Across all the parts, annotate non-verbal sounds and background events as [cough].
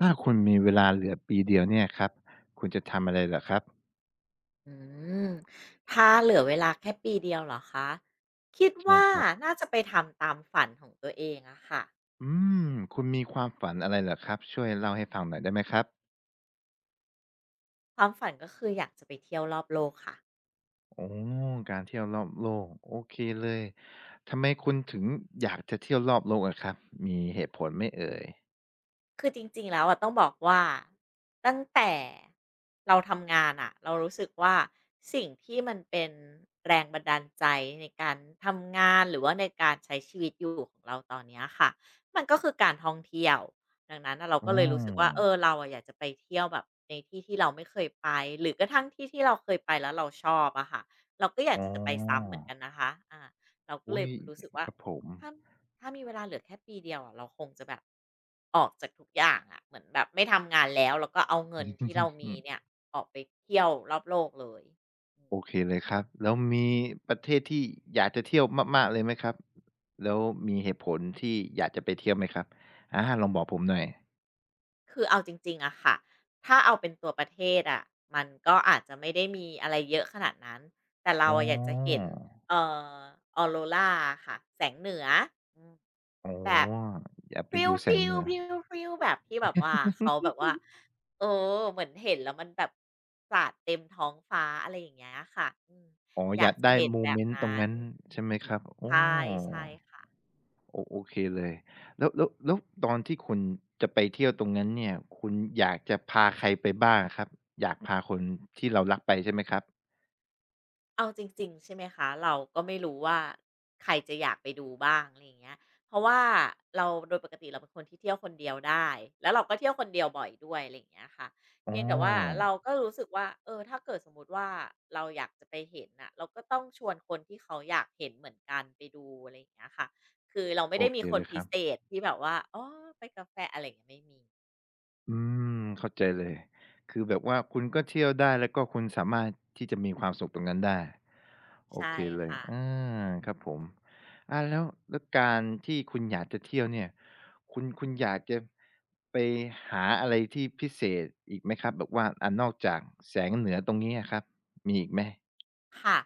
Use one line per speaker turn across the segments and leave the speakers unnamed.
ถ้าคุณมีเวลาเหลือปีเดียวเนี่ยครับคุณจะทำอะไรเหรอครับ
อืมถ้าเหลือเวลาแค่ปีเดียวเหรอคะคิด
ใช่
ว่า
ครับ
น่าจะไปทำตามฝันของตัวเองอะค่ะ
อื
อืม
มคุณมีความฝันอะไรเหรอครับช่วยเล่าให้ฟังหน่อยได้ไหมครับ
ความฝันก็คืออยากจะไปเที่ยวรอบโลกค่ะ
อ๋อการเที่ยวรอบโลกโอเคเลยทำไมคุณถึงอยากจะเที่ยวรอบโลกอะครับมีเหตุผลไหมเอ่ย
คือจริงๆแล้วอะต้องบอกว่าตั้งแต่เราทำงานอะเรารู้สึกว่าสิ่งที่มันเป็นแรงบันดาลใจในการทำงานหรือว่าในการใช้ชีวิตอยู่ของเราตอนเนี้ยค่ะมันก็คือการท่องเที่ยวดังนั้นน่ะเรา
อื
ก็เลย
ม
รู้สึกว่าเออเราอะอยากจะไปเที่ยวแบบในที่ที่เราไม่เคยไปหรือกระทั่งที่ที่เราเคยไปแล้วเราชอบอะค่ะเราก็อยา
อ๋
กจะไปซ้ำเห
อ
มือนกันนะคะอาเราก็เล
อุ๊
ย
ย
รู้สึกว่า
ครับผม
ถ้า ถ้ามีเวลาเหลือแค่ปีเดียวอะเราคงจะแบบออกจากทุกอย่างอะเหมือนแบบไม่ทำงานแล้วก็เอาเงินที่เรา
อื
มี
ม
เนี่ยออกไปเที่ยวรอบโลกเลย
โอเคเลยครับแล้วมีประเทศที่อยากจะเที่ยวมากๆเลยไหมครับแล้วมีเหตุผลที่อยากจะไปเที่ยวไหมครับอาลองบอกผมหน่อย
คือเอาจริงๆอะค่ะ ถ้าเอาเป็นตัวประเทศอะมันก็อาจจะไม่ได้มีอะไรเยอะขนาดนั้น แต่เรา
อ๋
อะอยากจะเห็
อ
นเอ่อออโรราอะค่ะแสงเหนืออืม
อ๋อ
แบบ
อยาก
พ
ไป
ริ
ดูแสงเหนือ
้วๆๆๆแบบที่แบบว่าเขาแบบว่าเออเหมือนเห็นแล้วมันแบบสาดเต็มท้องฟ้าอะไรอย่างเงี้ยค่ะอืม
อ๋อ
อ
อ
ยา
ยา
ก
ก
จะ
ได้
เห็น
โม
แบ
เม
บ
นต์
นั้
ตรง
น
นั้นใช่ไหมครับอ้อ
ใช่ใช่ค่ะ
โอโอเคเลยแล้วแล้วแล้วตอนที่คุณจะไปเที่ยวตรงนั้นเนี่ยคุณอยากจะพาใครไปบ้างอะครับ อยากพาคนที่เรารักไปใช่ไหมครับ
เอาจริงๆใช่ไหมคะเราก็ไม่รู้ว่าใครจะอยากไปดูบ้างอะไรอย่างเงี้ยเพราะว่าเราโดยปกติเราเป็นคนที่เที่ยวคนเดียวได้แล้วเราก็เที่ยวคนเดียวบ่อยด้วยอะไรอย่างเงี้ยค่ะ
อ๋
เพียงแต่ว่า
อ
เราก็รู้สึกว่าเออถ้าเกิดสมมุติว่าเราอยากจะไปเห็นน่ะเราก็ต้องชวนคนที่เขาอยากเห็นเหมือนกันไปดูอะไรอย่างเงี้ยค่ะคือเราไม่
โอ
ได้
เค
มีคน
เลยค
พิ
รับ
เศษที่แบบว่าอ๋อไปกับแฟนอะไรอย่างเงี้ยไม่มี
อืมเข้าใจเลยคือแบบว่าคุณก็เที่ยวได้แล้วก็คุณสามารถที่จะมีความสุขตรงนั้นได้โอ
ใช่
เคเลย
ค่ะ
อาครับผมแล้วแล้วการที่คุณอยากจะเที่ยวเนี่ยคุณคุณอยากจะไปหาอะไรที่พิเศษอีกไหมครับแบบว่านอกจากแสงเหนือตรงนี้อะครับมีอีกไหม
ค่ะ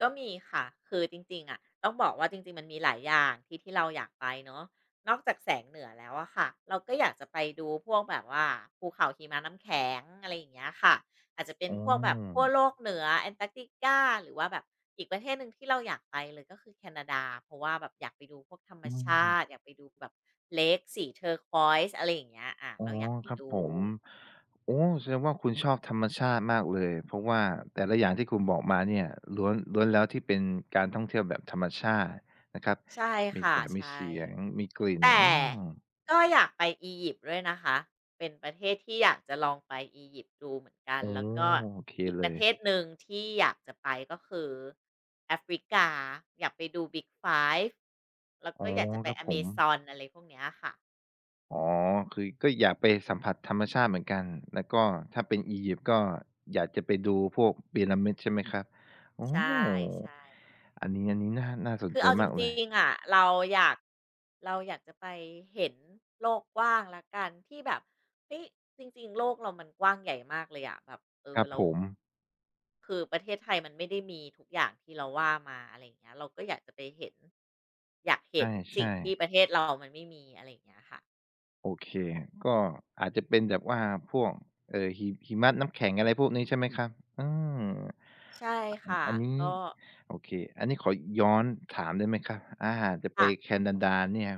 ก็มีค่ะคือจริงๆอะต้องบอกว่าจริงๆมันมีหลายอย่างที่ที่เราอยากไปเนาะนอกจากแสงเหนือแล้วอะค่ะเราก็อยากจะไปดูพวกแบบว่าภูเขาหิมะน้ำแข็งอะไรอย่างเงี้ยค่ะอาจจะเป็น
อ
พวกแบ
ม
บขั้วโลกเหนือแอนตาร์กติกาหรือว่าแบบอีกประเทศหนึ่งที่เราอยากไปเลยก็คือแคนาดาเพราะว่าแบบอยากไปดูพวกธรรม
อื
ชาติอ
ม
ยากไปดูแบบเลกสี turquoise อะไรอย่างเงี้ยอา
อ๋อ
เราอยากไป
ครับผ
ดู
มโอ้แสดงว่าคุณชอบธรรมชาติมากเลยเพราะว่าแต่ละอย่างที่คุณบอกมาเนี่ยล้วนล้วนแล้วที่เป็นการท่องเที่ยวแบบธรรมชาตินะครับ
ใช่
มี
ค่ะ
แสงมี
ใช่
เสียงมีกลิ่น
แต่ก็อยากไปอียิปต์ด้วยนะคะ เป็นประเทศที่อยากจะลองไปอียิปต์ดูเหมือนกัน
อื
แล้
ม
วก็
โอ้โอเค
อีก
เล
ประ
ย
เทศหนึ่งที่อยากจะไปก็คือแอฟริกาอยากไปดู Big ไฟ v ์แล้วก็
อ๋อ
อยากจะไป
ครับ
อ
ผ
เม
ม
ซอนอะไรพวกเนี้ยค่ะ
อ๋อคือก็อยากไปสัมผัสธรรมชาติเหมือนกันแล้วก็ถ้าเป็นอียิปต์ก็อยากจะไปดูพวกพีระมิดใช่ไหมครับอ๋อ
ใช่ใช่
อันนี้อันนี้น่าน่าสน
คือ
ใจ
เอาจ
มากเล
ริ
ย
งๆอะอยากเราอยากจะไปเห็นโลกกว้างแล้วกันที่แบบเฮ้ยจริงๆโลกเรามันกว้างใหญ่มากเลยอะแบบเอ
ค
อ
รับ
เรา
ผม
คือประเทศไทยมันไม่ได้มีทุกอย่างที่เราว่ามาอะไรอย่างเงี้ยเราก็อยากจะไปเห็นอยากเห็นสิ่ง
ใช่ๆ
ที่ประเทศเรามันไม่มีอะไรอย่างเงี้ยค่ะ
โอเคก็อาจจะเป็นแบบว่าพวกหิหิมะน้ำแข็งอะไรพวกนี้ใช่ไหมครับอืม
ใช่ค่ะ
อันนี้
ก็
โอเคอันนี้ขอย้อนถามได้ไหมครับอาจะไป
ค่ะ
แคนาดาเนี่ย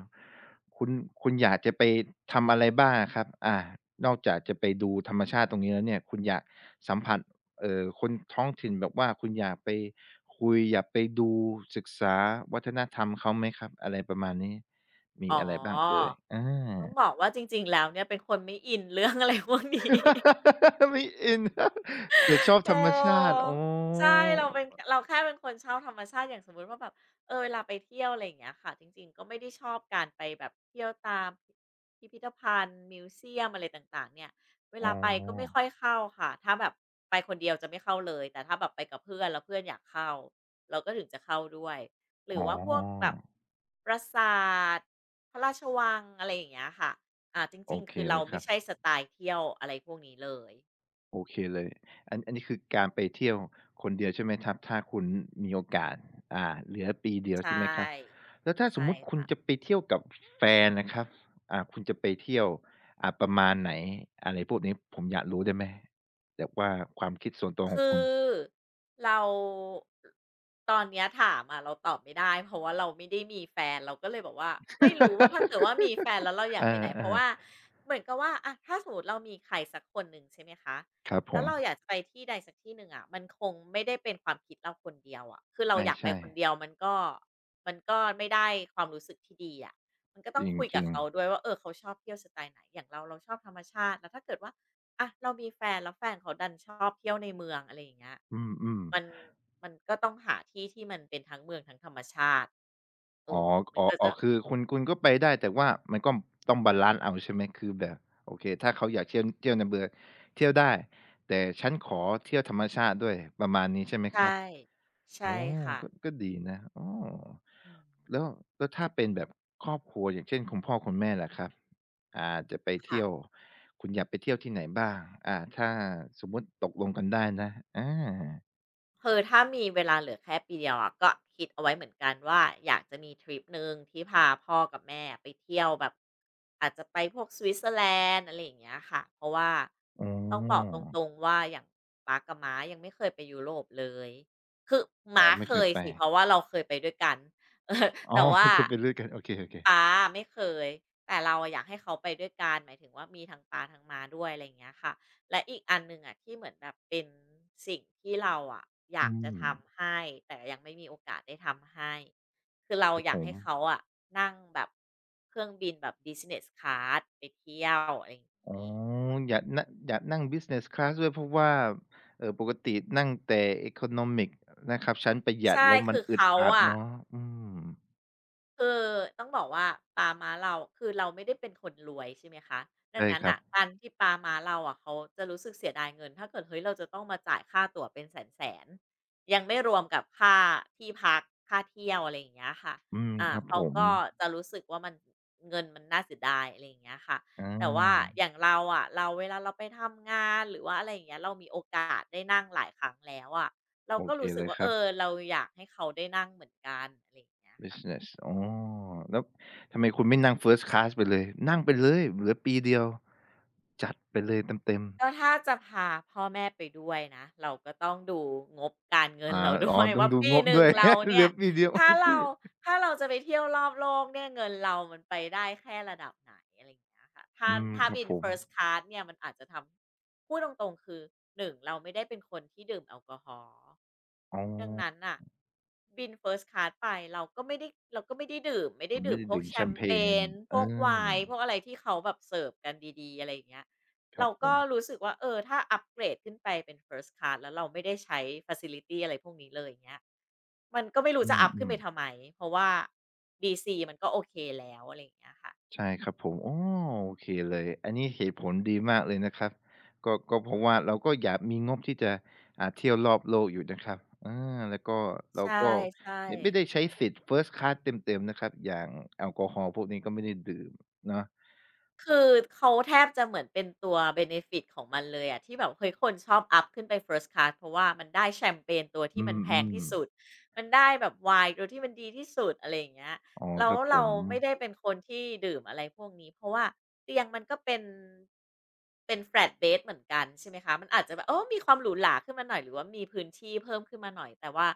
คุณคุณอยากจะไปทำอะไรบ้างอะครับอานอกจากจะไปดูธรรมชาติตรงนี้แล้วเนี่ย คุณอยากสัมผัสคนท้องถิ่นแบบว่าคุณอยากไปคุยอยากไปดูศึกษาวัฒนธรรมเขาไหมครับ อะไรประมาณนี้ มี
อ๋
อะไรบ้างเอ่
อ
ยอา
ต้องบอกว่าจริงๆแล้วเนี่ยเป็นคนไม่อินเรื่องอะไร [laughs] พวกนี้
ไม่อิน [laughs] แต่ชอบ
เ
ธรรมชาติ
ออ
อ๋อ
ใช่เราเป็นเราแค่เป็นคนชอบธรรมชาติอย่างสมมุติว่าแบบเออเวลาไปเที่ยวอะไรอย่างเงี้ยค่ะจริงๆก็ไม่ได้ชอบการไปแบบเที่ยวตามพิพิธภัณฑ์มิวเซียมอะไรต่างๆเนี่ยเว
อ๋
ลา
อ
ไปก็ไม่ค่อยเข้าค่ะถ้าแบบไปคนเดียวจะไม่เข้าเลยแต่ถ้าแบบไปกับเพื่อนแล้วเพื่อนอยากเข้าเราก็ถึงจะเข้าด้วยหรื
อ๋
อ
อ
ว่าพวกแบบปราสาทพระราชวังอะไรอย่างเงี้ยค่ะอ่าจ
โอ
ริงๆ
เค
คือ
เล
เรา
ยค
ไม่
รับ
ใช่สไตล์เที่ยวอะไรพวกนี้เลย
โอเคเลยอันอันนี้คือการไปเที่ยวคนเดียวใช่ไหมครับถ้าคุณมีโอกาสอ่าเหลือปีเดียว
ใช
ใช่ไหมครับ
่
แล้วถ้าสม
ใช่
มุติคุณ
ค่ะ
จะไปเที่ยวกับแฟนนะครับคุณจะไปเที่ยวประมาณไหนอะไรพวกนี้ผมอยากรู้ได้ไหมแบบว่าความคิดส่วนตัวของ
คื
คุณ
อเราตอนเนี้ยถามอะเราตอบไม่ได้เพราะว่าเราไม่ได้มีแฟนเราก็เลยบอกว่าไม่รู้ว่าถ้าเกิด
[laughs]
ว่ามีแฟนแล้วเราอยาก
อ่า
ไปไหนเพ
อ่า
ราะว่าเหมือนกับว่าอะถ้าสมมติเรามีใครสักคนหนึ่งใช่ไหมคะ
ครับผ
แล้ว
ม
เราอยากจะไปที่ใดสักที่หนึ่งอะมันคงไม่ได้เป็นความคิดเราคนเดียวอะคือเรา
ใช่
อยากไป
ใช่
คนเดียวมันก็มันก็ไม่ได้ความรู้สึกที่ดีอะมันก็
จ
ต้อง
ริง
คุย
จร
กับ
ง
เขาด้วยว่าเออเขาชอบเที่ยวสไตล์ไหนอย่างเราเราชอบธรรมชาติแล้วถ้าเกิดว่า อะเรามีแฟนแล้วแฟนเขาดันชอบเที่ยวในเมืองอะไรอย่างเงี้ย
อืมอม
มันมันก็ต้องหาที่ที่มันเป็นทั้งเมืองทั้งธรรมชาติเอ
อ๋อ
อมั
อ๋
น
อ
ก็
อ๋อ
จะ
คือคุณคุณก็ไปได้แต่ว่ามันก็ต้องบาลันซ์เอาใช่ไหมคือแบบโอเคถ้าเขาอยากเที่ยวเที่ยวในเมืองเที่ยวได้แต่ฉันขอเที่ยวธรรมชาติด้วยประมาณนี้ใช่ไหมครั
ใช่
บอ๋
ใช่
อ
ค่ะ
ก็ก็ดี
อื
นะอ้อ
อืม
แล้วแล้วถ้าเป็นแบบครอบครัวอย่างเช่นคุณพ่อคุณแม่ล่ะครับอ่าจะไป
ค่ะ
เที่ยวคุณอยากไปเที่ยวที่ไหนบ้างถ้าสมมุติตกลงกันได้นะอา
คือถ้ามีเวลาเหลือแค่ปีเดียวอะก็คิดเอาไว้เหมือนกันว่าอยากจะมีทริปหนึ่งที่พาพ่อกับแม่ไปเที่ยวแบบอาจจะไปพวกสวิตเซอร์แลนด์อะไรอย่างเงี้ยค่ะเพราะว่า
อ๋
ต้องบอก
อ
ตรงๆว่าอย่างป๊ากับม้ายังไม่เคยไปยุโรปเลยคือ
อ๋อ
ม้า
ไม่
เค
เคย
ย
ไป
สิเพราะว่าเราเคยไปด้วยกัน [laughs] เออ
อ๋อ
แต่
[laughs]
ว่า
ไม่เคยไปด้วยกันโอเคๆ
ป๊าไม่เคยแต่เราอะอยากให้เขาไปด้วยกันหมายถึงว่ามีทั้งป๊าทั้งม้าด้วยอะไรอย่างเงี้ยค่ะ และอีกอันหนึ่งอ่ะที่เหมือนแบบเป็นสิ่งที่เราอ่ะอยา
อื
กจะ
ม
ทำให้แต่ยังไม่มีโอกาสได้ทำให้คือเรา
ครับ
อ
ผ
ยาก
ม
ให้เขาอ่ะนั่งแบบเครื่องบินแบบ Business Class ไปเที่ยวอะไรอย่า
อ๋
ง
อ
งี้
อยากนั่งอยากนั่ง Business Class ด้วยเพราะว่าปกตินั่งแต่ Economic นะครับชั้นประหยัด
ใช่
แล้วมั
คื
น
อ
อึด
เขา
อัด
อ่ะ
เนาะอืม
คือต้องบอกว่าป๊าม้าเราคือเราไม่ได้เป็นคนรวยใช่ไหมคะดั
ใช่
งนั้
ค
น
รับ
อ่ะการที่ป๊าม้าเราอ่ะเขาจะรู้สึกเสียดายเงินถ้าเกิดเฮ้ยเราจะต้องมาจ่ายค่าตั๋วเป็นแสนยังไม่รวมกับค่าที่พักค่าเที่ยวอะไรอย่างเงี้ยค่ะ
อืม
อ่า
ครับผ
เขา
ม
ก็จะรู้สึกว่ามันเงินมันน่าเสียดายอะไรอย่างเงี้ยค่ะ
อา
แต่ว่าอย่างเราอะเราเวลาเราไปทำงานหรือว่าอะไรอย่างเงี้ยเรามีโอกาสได้นั่งหลายครั้งแล้วอะเรา
โอ
ก็
เค
รู้สึ
เล
ก
ย
ว่า
ค
เอ
รับ
อเราอยากให้เขาได้นั่งเหมือนกันอะไรอย่างเงี้ยค่ะ
Business อ๋อแล้วทำไมคุณไม่นั่ง First Class ไปเลยนั่งไปเลยเหลือปีเดียวจัดไปเลยเต็มๆ
ก็ถ้าจะพาพ่อแม่ไปด้วยนะเราก็ต้องดูงบการเงิน
อา
เรา
อ๋
ด้
อ
วย [laughs]
ต้อง
ว่า
ดู
ปี
งบ
หนึ่
ด้
ง
วย
เรา
[laughs] เห
เนี่
ลื
ย
อปีเดียว
ถ้า
โอเค
เราถ้าเราจะไปเที่ยวรอบโลกเนี่ยเงินเรามันไปได้แค่ระดับไหนอะไรอย่างเงี้ยค่ะถ้า
อืมครับ
บิน
ผม
First Class เนี่ยมันอาจจะทำพูดตรงๆคือหนึ่งเราไม่ได้เป็นคนที่ดื่มแอลกอฮอล์
อ๋อ
ดังนั้นน่ะบิน First Class ไปเราก็ไม่ได้เราก็ไม่ได้ดื่มไม่ได้
มัน
ดื่
ไม่
ม
ได้
พวก
ดื่ม
แช
แช
ม
มเป
เป
ญ
ญพ
เอ
วกไว
อ
น์พวกอะไรที่เขาแบบเสิร์ฟกันดีๆอะไรอย่างเงี้ย
ครั
เรา
บผ
ก็
ม
รู้สึกว่าเออถ้าอัปเกรดขึ้นไปเป็น First Class แล้วเราไม่ได้ใช้ Facility อะไรพวกนี้เลยอย่างเงี้ยมันก็ไม่รู้
อื
จะอัปขึ้น
ม
ไปทำไมเพราะว่า DC มันก็โอเคแล้วอะไรอย่างเงี้ยค่ะ
ๆใช่ครับผมอ๋อโอเคเลย อันนี้เหตุผลดีมากเลยนะครับก็ก็เพราะว่าเราก็อยากมีงบที่จะเที่ยวรอบโลกอยู่นะครับอาแล้วก็
ใช
เราก็
่
ไม่ไม่ได้
ๆ
ใช้สิทธิ์ First Class เต็มๆนะครับ อย่างแอลกอฮอล์พวกนี้ก็ไม่ได้ดื่มเนาะ
คือเขาแทบจะเหมือนเป็นตัวเบเนฟิตของมันเลยอะที่แบบเฮ้ยคนชอบอัพขึ้นไป First Class เพราะว่ามันได้แชมเปญตัวที่
อื
มันแพง
ม
ที่สุดมันได้แบบไวน์ตัวที่มันดีที่สุดอะไรอย่างเงี้ย
ๆอ๋อ
แล้
ค
ว
รับผ
เรา
ม
ไม่ได้เป็นคนที่ดื่มอะไรพวกนี้เพราะว่าเตียงมันก็เป็น flat b e สเหมือนกันใช่ไหมคะมันอาจจะแบบเออมีความหรูหราขึ้นมาหน่อยหรือว่ามีพื้นที่เพิ่มขึ้นมาหน่อยแต่ว่า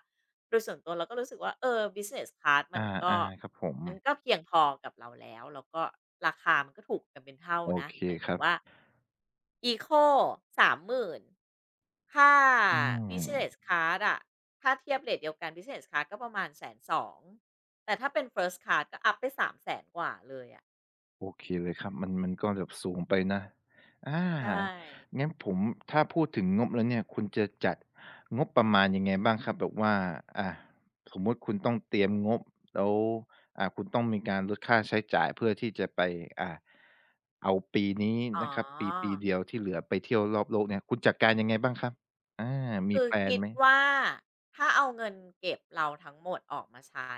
โดยส่วนตัวเราก็รู้สึกว่าเออ Business Class
อ
มันก็
าๆครับผม
มันก็เพียงพอกับเราแล้ว แล้วก็ราคามันก็ถูกกันเป็นเท่า
โอ
นะ
เค
หมาย
ค
ถึง
รับ
ว่า Eco สามหมื่นค่า
อื
Business
ม
Class อะถ้าเทียบเรตเดียวกัน Business Class ก็ประมาณแสนสอง แต่ถ้าเป็น First Class ก็อัปไปสามแสนกว่าเลยอะ
โอเคเลยครับมันมันก็แบบสูงไปนะอา
ใช่
งั้นผมถ้าพูดถึงงบแล้วเนี่ยคุณจะจัดงบประมาณยังไงบ้างครับแบบว่าอาสมมุติคุณต้องเตรียมงบแล้วคุณต้องมีการลดค่าใช้จ่ายเพื่อที่จะไปอ่าเอาปีนี้
อ๋อ
นะครับปีปีเดียวที่เหลือไปเที่ยวรอบโลกเนี่ยคุณจัดการยังไงบ้างครับอามี
คือ
แพลน
คิด
ไหม
ว่าถ้าเอาเงินเก็บเราทั้งหมดออกมาใช้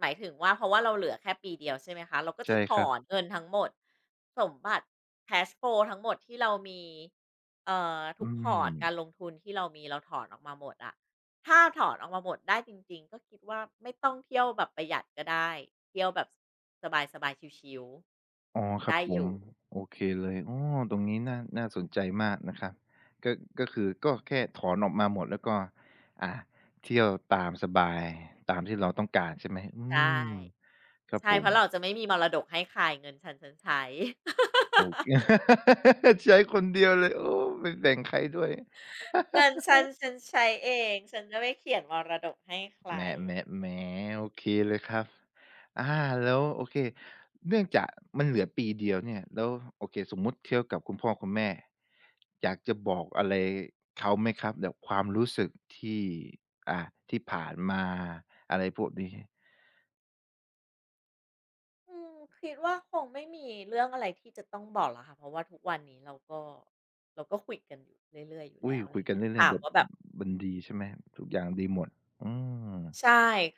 หมายถึงว่าเพราะว่าเราเหลือแค่ปีเดียวใช่ไหมคะเราก็
ใช่
จะถ
ครั
อน
บ
เงินทั้งหมดสมบัติ cash flow ทั้งหมดที่เรามีทุ
อื
กพอ
ม
ร์ตการลงทุนที่เรามีเราถอนออกมาหมดอะถ้าถอนออกมาหมดได้จริงๆก็คิดว่าไม่ต้องเที่ยวแบบประหยัดก็ได้เที่ยวแบบสบายๆชิล
อ๋อค
ๆ
รับ
ได้
ผ
อ
ม
ยู่
โอเคเลยอ๋อตรงนี้น่าสนใจมากนะครับก็ก็คือก็แค่ถอนออกมาหมดแล้วก็อ่าเที่ยวตามสบายตามที่เราต้องการใช่ไหมอื
ใช่
มครับ
ใช่
ผ
เพ
ม
ราะเราจะไม่มีมรดกให้ใครเงินฉันฉันใช้ [laughs]
โอเค [laughs] ใช้คนเดียวเลยโอ้ไม่แบ่งใครด้วย
เงินฉันฉันใช้เองฉันจะไม่เขียนมรดกให้ใคร
แหมๆแหมโอเคเลยครับอาแล้วโอเคเนื่องจากมันเหลือปีเดียวเนี่ยแล้วโอเคสมมุติเทียบกับคุณพ่อคุณแม่อยากจะบอกอะไรเขาไหมครับแบบความรู้สึกที่อ่าที่ผ่านมาอะไรพวกนี้
อืมคิดว่าคงไม่มีเรื่องอะไรที่จะต้องบอกหล้วค่ะเพราะว่าทุกวันนี้เราก็คุยกันอยู่เรื่อยๆอยู่
อุ๊
แล้
ย
วอะไร
คุยกัน
เงี้ย
เล่
ถา
นๆ
ม
แบบ
ว่า
ม
แบบ
มันดีใช่ไหมทุกอย่างดีหมดอืม
ใช่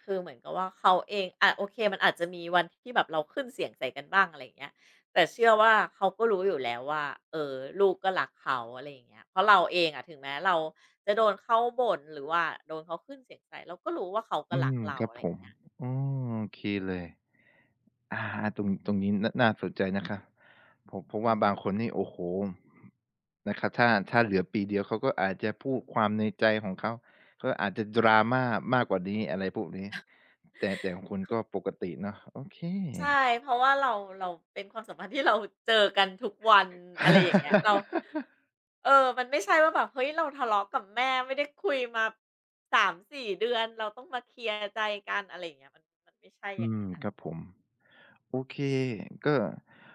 คือเหมือนกับว่าเขาเองอะโอเคมันอาจจะมีวันที่แบบเราขึ้นเสียงใส่กันบ้างอะไรอย่างเงี้ยแต่เชื่อว่าเขาก็รู้อยู่แล้วว่าเอ่อลูกก็รักเขาอะไรอย่างเงี้ยเพราะเราเองอะถึงแม้เราจะโดนเขาบ่นหรือว่าโดนเขาขึ้นเสียงใส่เราก็รู้ว่าเขาก็
อื
รัก
ม
เรา
ครับ
อะไร
ผ
อย่าง
ม
เงี้ย
อืมโอเคเลย อาตรงนี้น่าสนใจนะครับผมเพราะ
อื
ว่า
อ
บา
ฮึ
งคนนี่โอ้โฮนะครับถ้าเหลือปีเดียวเขาก็อาจจะพูดความในใจของเขาก็อาจจะ drama มากกว่านี้อะไรพวกนี้แต่ของคุณก็ปกติเนาะโอเค
ใช่เพราะว่าเราเราเป็นความสัมพันธ์ที่เราเจอกันทุกวันอะไรอย่างเงี้ยเรา
[laughs]
เออมันไม่ใช่ว่าแบบเฮ้ยเราทะเลาะกับแม่ไม่ได้คุยมา3-4เดือนเราต้องมาเคลียร์ใจกันอะไรอย่างเงี้ยมันไม่ใช่อ
อื
ย่าง
ม
นั้นน่ะ
ครับผมโอเคก็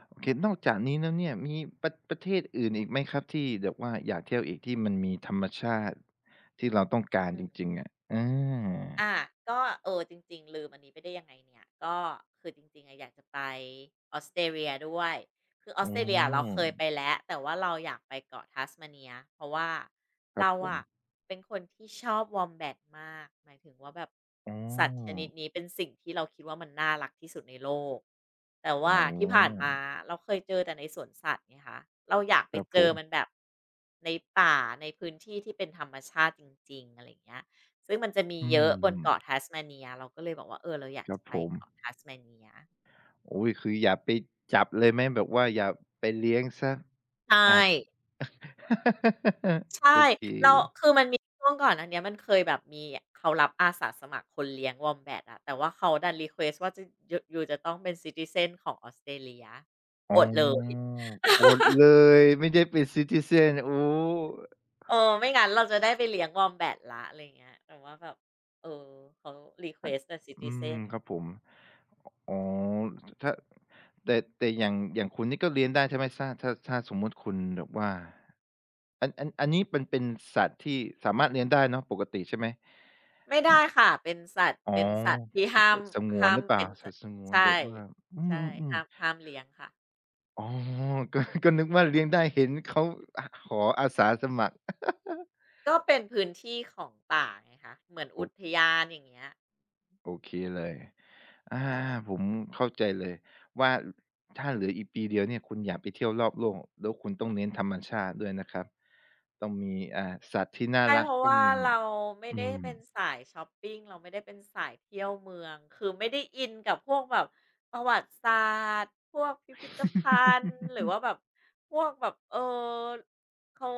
โอเคนอกจากนี้แล้วเนี่ยมีประเทศอื่นอีกไหมครับที่แบบว่าอยากเที่ยวอีกที่มันมีธรรมชาติที่เราต้องการจริงๆอะอา
อาก็จริงๆลืมอันนี้ไปได้ยังไงเนี่ยก็คือจริงๆอะอยากจะไปออสเตรเลียด้วยคือออ
อ๋
สเตรเลียเรา
อ
เคยไปแล้วแต่ว่าเราอยากไปเกาะทัส s m เ n ียเพราะว่า
ครับ
เรา
ผม
อะเป็นคนที่ชอบ Wombat มแบทมากหมายถึงว่าแบบ
อ๋
สัตว์ช
อ
นิดนี้เป็นสิ่งที่เราคิดว่ามันน่ารักที่สุดในโลกแต่ว่า
อ๋
ที่ผ่าน
อ
มาเราเคยเจอแต่ในสวนสัตว์ไงคะเราอยาก
ค
ไป
รับ
เจ
ผ
อ
ม
มันแบบในป่าในพื้นที่ที่เป็นธรรมชาติจริงๆอะไรอย่างเงี้ย ซึ่งมันจะมี
อื
เยอะบน
ม
เกาะทัสมาเนียเราก็เลยบอกว่าเออเราอยา
ค
ก
รั
จะ
บ
ไป
ผม
เกาะทัสมาเนีย
โอ้ยคืออย่าไปจับเลยไหมแบบว่าอย่าไปเลี้ยงเสียอา
ใช่
จ [laughs] โอ
ใช่
เค
แล้วคือมันมีช่วงก่อนอันเนี้ยมันเคยแบบมีเขารับอาสาสมัครคนเลี้ยงวอมแบตอะแต่ว่าเขาดันรีเควสต์ว่าจะยูจะต้องเป็น Citizen ของออสเตรเลีย
อ๋
อดเลย
ออดเลยไม่ได้เป็น citizen โอ้
ไม่งั้นเราจะได้ไปเลี้ยงวอมแบตแล้วอะไรอย่างเงี้ยแต่ว่าแบบเออเขารีเควสต์แต่
อืม
Citizen
ครับผม อ๋อถ้าแต่อย่างคุณนี่ก็เลี้ยงได้ใช่ไหมถ้าสมมุติคุณแบบว่าอันนี้มันเป็นสัตว์ที่สามารถเลี้ยงได้เนาะปกติใช่ไหม
ไม่ได้ค่ะ เป็นสัตว์
อ๋อ
เป็นสัตว์ที่
ส
ห้า
ส
ม
สงวน
ห้า
ห
ม
รือเปล่า
เป็น
สั
สั
ต
ตว์
ว์สงวนแบ
ใช่
บว่าอื
ใช่
ม
ห้าม
ๆๆ
เลี้ยงค่ะ
อ๋อก็นึกว่าเลี้ยงได้เห็นเขาขออาสาสมัคร [laughs]
ก็เป็นพื้นที่ของป่าไงคะ เหมือน
โอ
อุท
้
ยานอย่างเงี้ย
โอเคเลยอา
ใช่
ผมเข้าใจเลยว่าถ้าเหลืออีกปีเดียวเนี่ยคุณอยากไปเที่ยวรอบโลกแล้วคุณต้องเน้นธรรมชาติด้วยนะครับต้องมีสัตว์ที่น่า
ใช่
รั
เพ
ก
ราะ
ต้อง
ว่า
มี
เราไม่
อื
ได้
ม
เป็นสายชอปปิงเราไม่ได้เป็นสายเที่ยวเมืองคือไม่ได้อินกับพวกแบบประวัติศาสตร์พวกพิพิธภัณฑ์หรือ
[laughs]
ว่าแบบพวกแบบเออเขา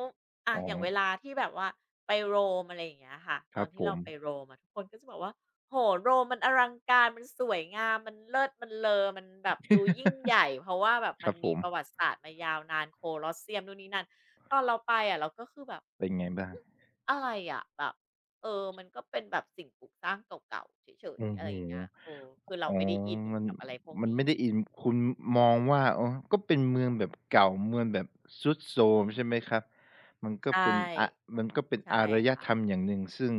อะ
อ๋อ
อย่างเวลาที่แบบว่าไปโรมอะไรอย่างเงี้ยค่ะ
ค
ตอ
รั
น
บ
ที่
ผ
เรา
ม
ไปโรมอะทุกคนก็จะบอกว่าโหโโรมมันอลังการมันสวยงามมันเลิศมันเลอ มันแบบดูยิ่งใหญ่เพราะว่าแบบ
ค
มัน
รับผ
มี
ม
ประวัติศาสตร์มายาวนานโคลอสเซียมนู่นนี่นั่นตอนเราไปอะเราก็คือแบบ
เป็นไงบ้าง
อะไรอะแบบเออมันก็เป็นแบบสิ่งปลูกสร้างเก่าๆเฉย
โอ้
ๆอะ
โฮ
ไรอย่างเงี้ยเออคือเรา
อ๋อ
ไม่ได้อิน
มัน
กับอะไรพวก
มันไม่
นี้
ได้อินคุณมองว่าอ๋อก็เป็นเมืองแบบเก่าเมืองแบบทรุดโทรมใช่ไหมครับมันก็
ใช่
เป็นอะมันก็เป็น
ใช่
อารย
ค่ะ
ธรรมอย่างหนึ่งซึ่ง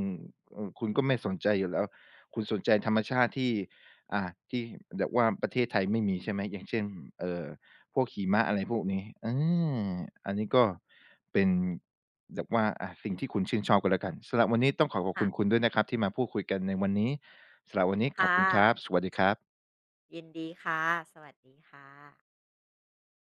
คุณก็ไม่สนใจอยู่แล้วคุณสนใจธรรมชาติที่อ่าที่แบบว่าประเทศไทยไม่มีใช่ไหมอย่างเช่นเอ่อพวกหิมะอะไรพวกนี้อาอันนี้ก็เป็นแบบว่าสิ่งที่คุณชื่นชอบก็แล้วกันสำหรับวันนี้ต้องขอบคุณคุ
ค่ะ
ณด้วยนะครับที่มาพูดคุยกันในวันนี้ สำหรับวันนี้ขอบ
ค่ะ
คุณครับ สวัสดีครับ
ยินดีค่ะสวัสดีค่ะ